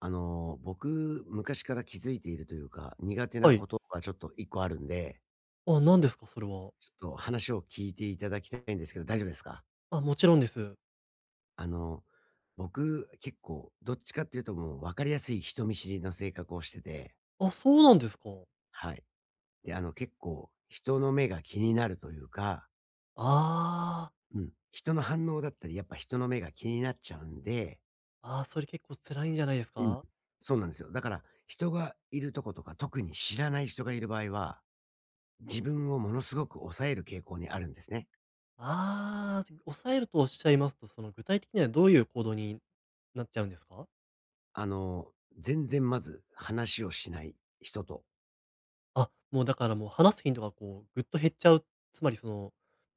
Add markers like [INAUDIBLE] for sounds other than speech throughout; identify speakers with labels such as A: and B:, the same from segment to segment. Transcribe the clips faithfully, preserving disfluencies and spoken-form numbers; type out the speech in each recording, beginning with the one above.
A: あの、僕、昔から気づいているというか、苦手な
B: は
A: こ
B: い。
A: とがちょっと一個あるんで、
B: あ、何ですか、それは。
A: ちょっと話を聞いていただきたいんですけど、大丈夫ですか？
B: あ、もちろんです。
A: あの、僕、結構どっちかっていうともう分かりやすい人見知りの性格をしてて、
B: あ、そうなんですか。
A: はい。で、あの、結構人の目が気になるというか、
B: あ
A: うん、人の反応だったり、やっぱ人の目が気になっちゃうんで、
B: あ、あーそれ結構辛いんじゃないです
A: うん。
B: か？
A: そうなんですよ。だから、人がいるとことか、特に知らない人がいる場合は、自分をものすごく抑える傾向にあるんですね。
B: ああ、抑えるとおっしゃいますと、その具体的にはどういう行動になっちゃうんですか？
A: あの、全然まず話をしない人と、
B: あ、もうだからもう話す頻度がこうぐっと減っちゃう、つまりその、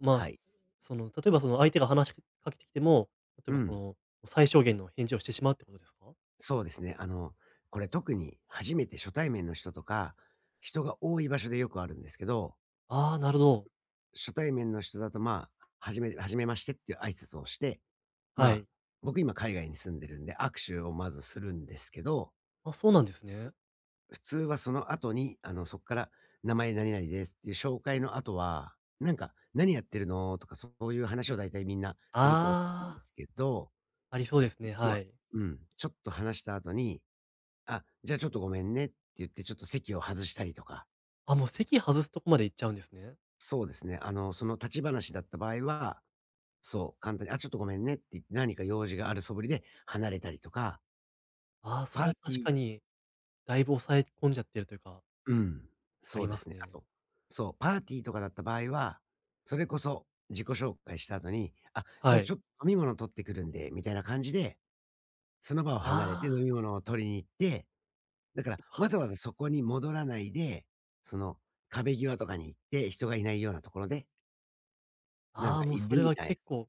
B: まあ、
A: はい。
B: その、例えばその相手が話しかけてきても、例え
A: う
B: ばそ
A: ん。
B: の、最小限の返事をしてしまうってことですか？
A: そうですね。あの、これ特に初めて初対面の人とか、人が多い場所でよくあるんですけど、
B: ああー、なるほど。
A: 初対面の人だとまあ、はじめ、はじめましてっていう挨拶をして、ま
B: は
A: あ、
B: い。
A: 僕今海外に住んでるんで握手をまずするんですけど、
B: あ、そうなんですね。
A: 普通はその後に、あの、そこから名前何々ですっていう紹介の後は、なんか、何やってるのとかそういう話を大体みんなすると思うんで
B: ああ、
A: すけど、
B: ありそうですね、
A: 僕
B: は
A: は
B: い。
A: うん、ちょっと話した後に、あ、じゃあちょっとごめんねって言ってちょっと席を外したりとか、
B: あ、もう席外すとこまで行っちゃうんですね。
A: そうですね、あの、その立ち話だった場合は、そう、簡単に、あ、ちょっとごめんねって言って何か用事がある素振りで離れたりとか、
B: ああ、
A: パ
B: それ
A: ー
B: は
A: ティ
B: 確か
A: ー、
B: に、だいぶ抑え込んじゃってるというか、
A: うん、
B: あ
A: そ
B: り
A: うで
B: ま
A: す
B: す
A: ね。あ
B: ね。
A: と、そう、パーティーとかだった場合は、それこそ自己紹介した後に、あ、じゃ
B: は
A: あち
B: い。
A: ょっと飲み物取ってくるんで、みたいな感じで、その場を離れ
B: あ
A: て
B: あ、
A: 飲み物を取りに行って、だから、わ
B: は
A: ざわざそこに戻らないで、その、壁際とかに行って、人がいないようなところで、なん
B: ああ、
A: か
B: もう
A: い
B: そ
A: る
B: れ
A: み
B: は
A: たいな。
B: 結構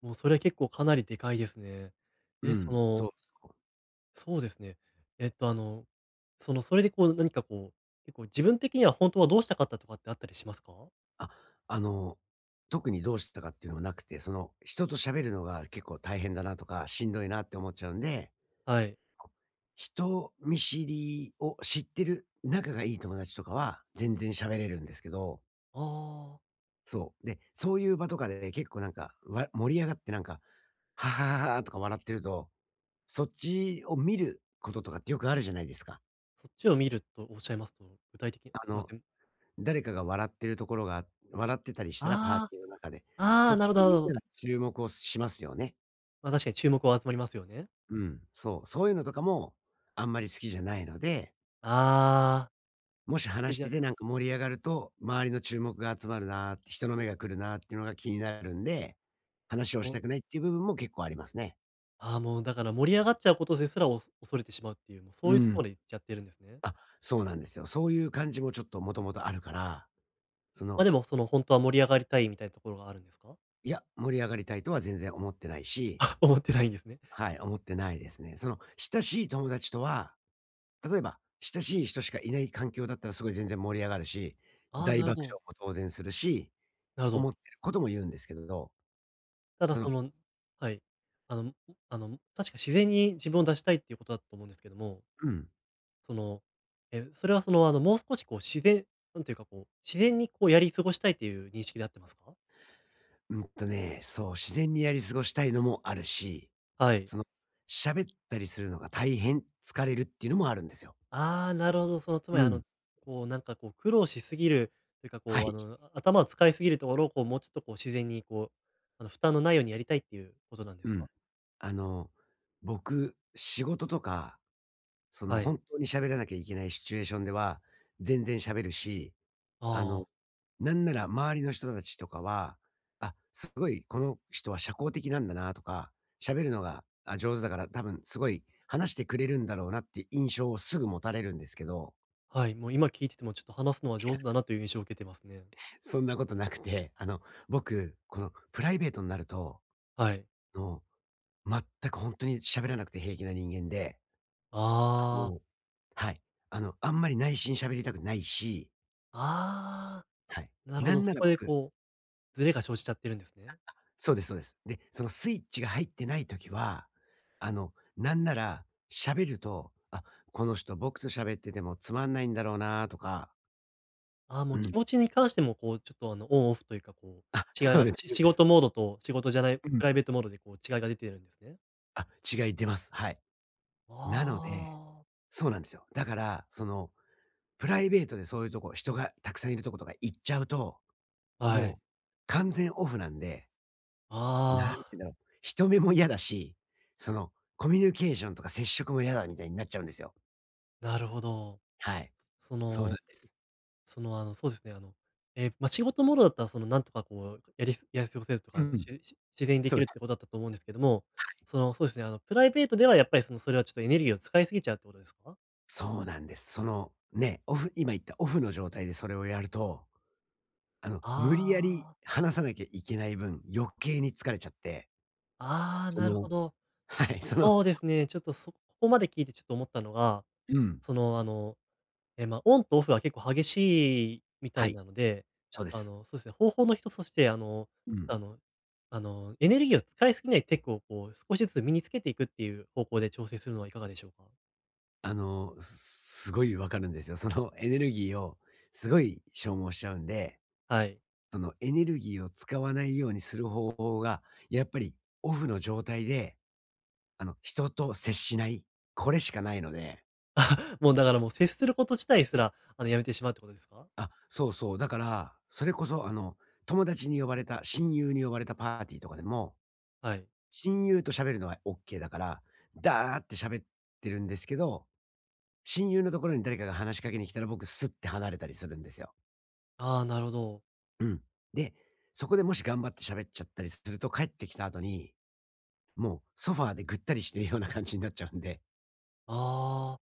B: もうそれは結構かなりでかいですね。
A: う
B: え、そ
A: ん、そ
B: の、
A: うそう。
B: そうですね。えっと、あの、その、それでこう何かこう、結構自分的には本当はどうしたかったとかってあったりしますか？
A: あ、あの、特にどうしたかっていうのはなくて、その、人と喋るのが結構大変だなとか、しんどいなって思っちゃうんで、
B: はい。
A: 人見知りを知ってる仲がいい友達とかは、全然喋れるんですけど、
B: ああ、
A: そう。で、そういう場とかで結構なんか、わ盛り上がってなんか、ははははとか笑ってると、そっちを見ることとかってよくあるじゃないですか。
B: そっちを見るとおっしゃいますと、具体的に
A: あ
B: すいま
A: の、
B: せん。
A: 誰かが笑ってるところが笑ってたりしたらパー
B: あ
A: ティーの中で、
B: あ、あ
A: そ
B: あ、
A: っ
B: な
A: ち
B: るほど
A: にみ
B: な
A: ん
B: るほ
A: な
B: ど。
A: が注目をしますよね。
B: ま、確かに注目は集まりますよね。
A: うん、そう。そういうのとかもあんまり好きじゃないので、
B: ああ。
A: もし
B: え、
A: 話し
B: じ
A: て
B: ゃ、
A: てなんか盛り上がると、周りの注目が集まるなーって、人の目が来るなーっていうのが気になるんで、話を
B: も
A: した
B: う
A: くないっていう部分も結構ありますね。
B: ああ、もうだから盛り上がっちゃうことですら、お恐れてしまうっていう、もうそ
A: う
B: ういうと
A: ん。
B: ころまで行っちゃってるんですね。
A: あ、そうなんですよ。そういう感じもちょっともともとあるから、そ
B: ま、
A: の
B: でもそのほんとは盛り上がりたいみたいなところがあるんですか？[LAUGHS]
A: いや、盛り上がりたいとは全然思ってないし、
B: あ、思ってないんですね。
A: はい、思ってないですね。その、親しい友達とは、例えば、親しい人しかいない環境だったらすごい全然盛り上がるし、
B: ああ、
A: 大
B: なるほ
A: 爆
B: ど、
A: 笑も当然するし、
B: なるほ
A: 思
B: ど。
A: ってることも言うんですけど、
B: ただ
A: そ
B: そ
A: の、
B: の、はい。あの、ん、あの、確か自然に自分を出したいっていうことだと思うんですけども、
A: うん、
B: その、え、それはその、あの、もう少しこう自然なんていうかこう、自然にこうやり過ごしたいっていう認識で合ってますか？
A: うんとね、そう、自然にやり過ごしたいのもあるし、
B: はい。
A: その、喋ったりするのが大変疲れるっていうのもあるんですよ。
B: ああ、なるほど。その、つま
A: う
B: り、あの、
A: ん。
B: こう、なんか、こう、苦労しすぎるというか、
A: は
B: こう、あ
A: い。
B: の、あ頭を使いすぎるところを、こう、もうちょっと、こう、自然に、こう、あの、負担のないようにやりたいっていうことなんで
A: う
B: す
A: ん。
B: か？
A: あの、僕、仕事とか、その、
B: はい。
A: 本当に喋らなきゃいけないシチュエーションでは、全然喋るし、
B: あ
A: あの、
B: あ、
A: なんなら周りの人たちとかは、あ、すごいこの人は社交的なんだなとか、喋るのが、あ、上手だから多分すごい話してくれるんだろうなっていう印象をすぐ持たれるんですけど、
B: はい。もう、今聞いてても、ちょっと話すのは上手だなという印象を受けてますね。
A: そんなことなくて、あの、僕、このプライベートになると、
B: はい。
A: もう全く本当に喋らなくて平気な人間で、
B: ああ、
A: もう、はい。あの、あんまり内心喋りたくないし、
B: ああ、
A: はい。
B: なるほ
A: な
B: ど。
A: んな
B: そ
A: ら
B: こで、
A: 僕
B: こう、ズレが生じちゃってるんですね。
A: そうですそうです。で、そのスイッチが入ってないときは、あの、なんなら喋ると、あ、この人僕と喋っててもつまんないんだろうなとか、
B: ああ、も
A: う
B: う気
A: ん。
B: 持ちに関しても、こう、ちょっと、あの、オンオフというか、こ
A: あ、
B: う、違い
A: そう
B: が
A: です
B: し
A: そうで
B: 仕
A: す。
B: 事モードと仕事じゃないプ
A: うん。
B: ライベートモードで、こう、違いが出てるんですね。
A: あ、違い出ます。はい。なので
B: ああ。
A: そうなんですよ。だから、その、プライベートでそういうとこ、人がたくさんいるとことか行っちゃうと、
B: は
A: も
B: い。
A: う完全オフなんで、なんて
B: あ
A: 言うん
B: あ、
A: だろう、人目も嫌だし、その、コミュニケーションとか接触も嫌だみたいになっちゃうんですよ。
B: なるほど。
A: はい。
B: そ
A: そうな
B: の、
A: んです。
B: その、あの、そうですね、あの、えーまあ、仕事モードだったら、その、なんとかこう、やりすやり過ごせるとか、
A: う
B: あの、し
A: ん、
B: し自然にで
A: そ
B: き
A: うで
B: るっ
A: す。
B: てことだったと思うんですけども、その、そうですね、あの、プライベートではやっぱり、その、それはちょっとエネルギーを使いすぎちゃうってことですか？
A: そうなんです。その、ね、オフ今言ったオフの状態でそれをやると、あの、無理やり
B: ああ、
A: 話さなきゃいけない分、余計に疲れちゃって、
B: ああ、
A: そ
B: なるほ
A: の
B: ど。
A: [LAUGHS] はい、その
B: そうですね、ちょっとそここまで聞いてちょっと思ったのが、
A: うん、
B: その、あのえ、まあ、オンとオフが結構激しい
A: [LAUGHS]
B: みた
A: は
B: い
A: い、
B: なので、ちょ
A: そう
B: っ
A: で
B: と、あ
A: す。
B: の、そうですね、方法の一つとして、あの、
A: う
B: ちょっ
A: ん。
B: と、あのあの、エネルギーを使いすぎないテクをこう少しずつ身につけていくっていう方向で調整するのはいかがでしょうか？
A: あの、すすごいわかるんですよ。そのエネルギーをすごい消耗しちゃうんで、
B: はい。
A: そのエネルギーを使わないようにする方法が、やっぱりオフの状態で、あの、人と接しない、これしかないので、
B: もうだからもう接すること自体すら、あの、やめてしまうってことですか？
A: あ、そうそう。だから、それこそあの、友達に呼ばれた、親友に呼ばれたパーティーとかでも、
B: はい。
A: 親友と喋るのはオッケーだから、ダーって喋ってるんですけど、親友のところに誰かが話しかけに来たら僕スッて離れたりするんですよ。
B: ああ、なるほど。
A: うん。で、そこでもし頑張って喋っちゃったりすると帰ってきた後に、もうソファーでぐったりしてるような感じになっちゃうんで、
B: ああ。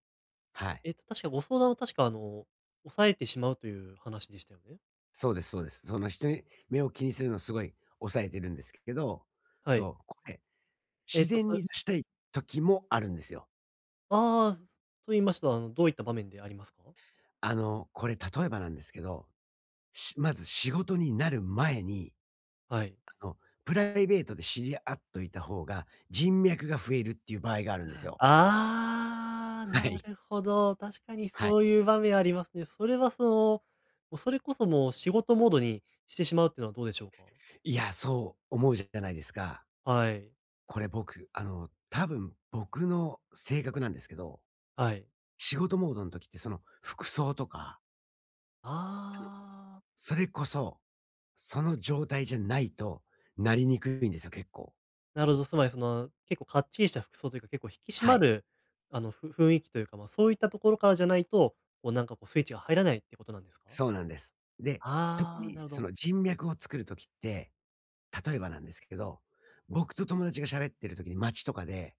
A: はい。
B: えっと確かご相談を確か、あの、抑えてしまうという話でしたよね？
A: そうですそうです。その人に目を気にするのすごい抑えてるんですけど、
B: はい。
A: そう、声
B: えっ
A: 自
B: と、そ
A: 然に出したい時もあるんですよ。
B: ああー、と言いましたら、あの、どういった場面でありますか？
A: あの、これ例えばなんですけど、しまず仕事になる前に、
B: はい。
A: あの、プライベートで知り合っといた方が人脈が増えるっていう場合があるんですよ。
B: ああ、
A: は
B: な
A: い。
B: るほど。確かに
A: はい。
B: そういう場面ありますね。それはその、もうそれこそもう仕事モードにしてしまうっていうのはどうでしょうか？
A: いや、そう思うじゃないですか。
B: はい。
A: これ僕、あの、多分僕の性格なんですけど、
B: はい。
A: 仕事モードの時ってその服装とか、
B: ああ、
A: それこそ、その状態じゃないとなりにくいんですよ、結構。
B: なるほど。つまりその、結構かっちりした服装というか、結構引き締
A: は
B: ま
A: い。
B: る、あの、ふ雰囲気というか、ま、そういったところからじゃないと、こうなんかこうスイッチが入らないってことなんですか？
A: そうなんです。で、特
B: ああー、な
A: に
B: るほ
A: そ
B: ど。
A: の人脈を作る時って、例えばなんですけど、僕と友達が喋ってる時に街とかで、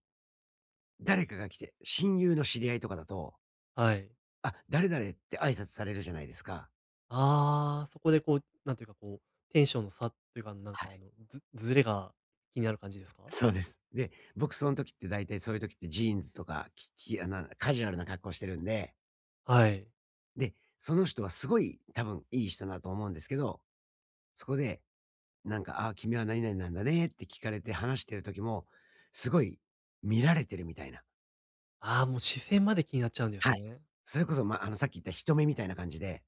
A: 誰かが来て、親友の知り合いとかだと、
B: はい。
A: あ、誰々って挨拶されるじゃないですか。
B: ああ、そこでこう、なんていうかこう、テンションの差というか、なん
A: は
B: かあ
A: い。
B: の、ずずれが気になる感じですか？
A: そうです。で、僕その時って大体そういう時ってジーンズとか、ききあなカジュアルな格好してるんで、
B: はい。
A: で、その人はすごい多分いい人だと思うんですけど、そこで、なんか、あ、君は何々なんだねって聞かれて話してる時も、すごい見られてるみたいな。
B: ああ、もう視線まで気になっちゃうんです
A: はい。
B: ね。
A: それこそ、ま、あの、さっき言った人目みたいな感じで、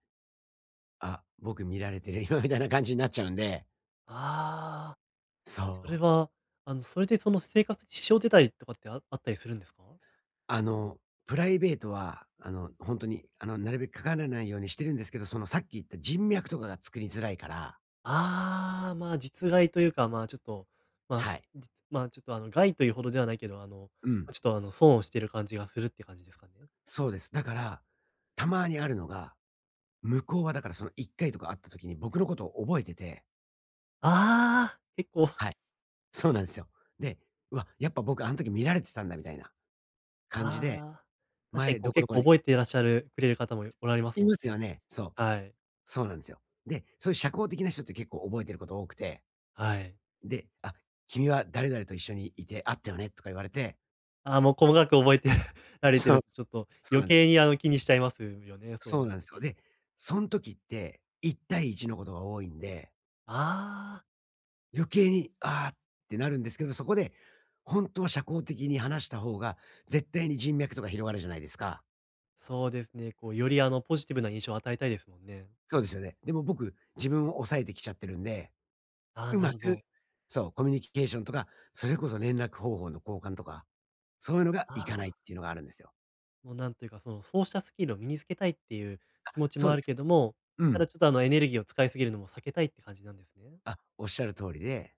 A: あ、僕見られてる今みたいな感じになっちゃうんで、
B: ああ、
A: そ
B: それ
A: う。
B: は、あの、それでその生活に支障出たりとかってああったりするんですか？
A: あの、プライベートは、あの、ほんとに、あの、なるべくかからないようにしてるんですけど、その、さっき言った人脈とかが作りづらいから、
B: ああ、まあ、実害というか、まあ、ちょっと、まあ、
A: はい。
B: じまあ、ちょっと、あの、害というほどではないけど、あの、
A: うん。
B: ま、ちょっと、あの、損をしてる感じがするって感じですかね？
A: そうです。だから、たまにあるのが、向こうはだからそのいっかいとか会った時に僕のことを覚えてて、
B: ああ、結構、[LAUGHS]
A: はい、そうなんですよ。で、うわ、やっぱ僕あん時見られてたんだみたいな感じで、
B: ああ、確かに
A: 前
B: こう
A: どこど
B: 結
A: こ
B: 構
A: に
B: 覚えていらっしゃるくれる方もおられます
A: い
B: もん
A: ます
B: ね。
A: よね。そう。
B: はい、
A: そうなんですよ。で、そういう社交的な人って結構覚えてること多くて、
B: はい。
A: で、「あ、君は誰々と一緒にいてあったよね」とか言われて、
B: ああ、もう細かく覚えて [LAUGHS]
A: [LAUGHS]
B: られて
A: そう、
B: ると、ちょっと
A: そう
B: 余
A: なんです。
B: 計にあの気にしちゃいますよね、そう
A: そう
B: いう
A: なんですよ。
B: 時。
A: で、その時っていち対いちのことが多いんで、
B: ああ、
A: 余計に「ああ」ってなるんですけど、そこで本当は社交的に話した方が絶対に人脈とか広がるじゃないですか。
B: そうですね。こうよりあのポジティブな印象を与えたいですもんね。
A: そうですよね。でも僕、自分を抑えてきちゃってるんで、
B: ああ、
A: う
B: な
A: ま
B: るほ
A: く
B: ど。
A: そう、コミュニケーションとか、それこそ連絡方法の交換とかそういうのが行かないっ
B: ああ、
A: ていうのがあるんですよ。
B: もうなんというか、そのそうしたスキルを身につけたいっていう気持ち
A: そ
B: も
A: う
B: あ
A: で
B: る
A: す。
B: けども、
A: う
B: ただ
A: ん。
B: ちょっとあのエネルギーを使いすぎるのも避けたいって感じなんですね。
A: あ、おっしゃる通りで、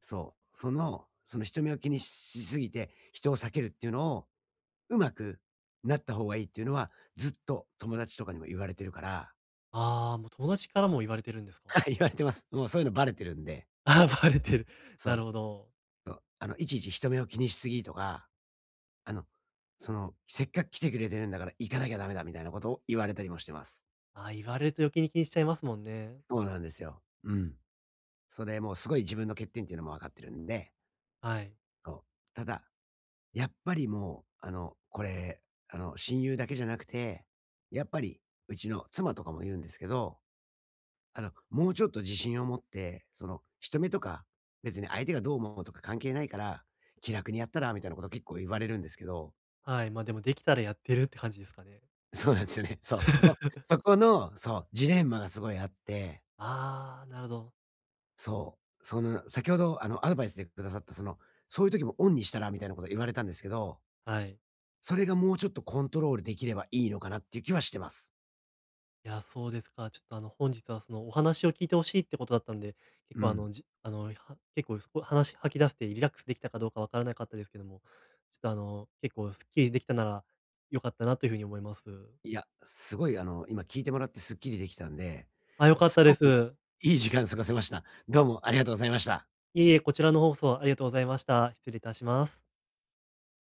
A: そう、その、その人目を気にしすぎて、人を避けるっていうのを、うまくなった方がいいっていうのは、ずっと友達とかにも言われてるから、
B: ああ、もう友達からも言われてるんですか？
A: はい、[LAUGHS] 言われてます。もうそういうのバレてるんで、
B: [LAUGHS] ああ、[LAUGHS] バレてる。
A: そ
B: なる
A: う、
B: ほど。
A: そう、あの、いちいち人目を気にしすぎとか、あの、その、せっかく来てくれてるんだから行かなきゃダメだみたいなことを言われたりもしてます。
B: ああ、言われると余計に気にしちゃいますもんね。
A: そうなんですよ。うん。それもうすごい自分の欠点っていうのも分かってるんで、
B: はい。
A: そう。ただやっぱりもう、あの、これ、あの、親友だけじゃなくて、やっぱりうちの妻とかも言うんですけど、あの、もうちょっと自信を持って、その、人目とか、別に相手がどう思うとか関係ないから、気楽にやったらみたいなこと結構言われるんですけど、
B: はい、ま、あでもできたらやってるって感じですかね。
A: [LAUGHS] そうなんですよね。そう、そこ、そこの、そう、ジレンマがすごいあって、
B: ああ、なるほど。
A: そう、その、先ほど、あの、アドバイスでくださった、その、そういう時もオンにしたらみたいなこと言われたんですけど、
B: はい。
A: それがもうちょっとコントロールできればいいのかなっていう気はしてます。
B: いや、そうですか。ちょっとあの、本日はそのお話を聞いてほしいってことだったんで、結
A: う
B: 構あ
A: ん。
B: の、じあの、は結構そこ話吐き出せてリラックスできたかどうかわからなかったですけども、ちょっとあの、結構すっきりできたなら良かったなというふうに思います。
A: いや、すごいあの、今聞いてもらってすっきりできたんで、
B: あ、良かっ
A: す
B: たで
A: ごく
B: す。
A: いい時間過ごせました。どうもありがとうございました。
B: いえいえ、こちらの方こそありがとうございました。失礼いたします。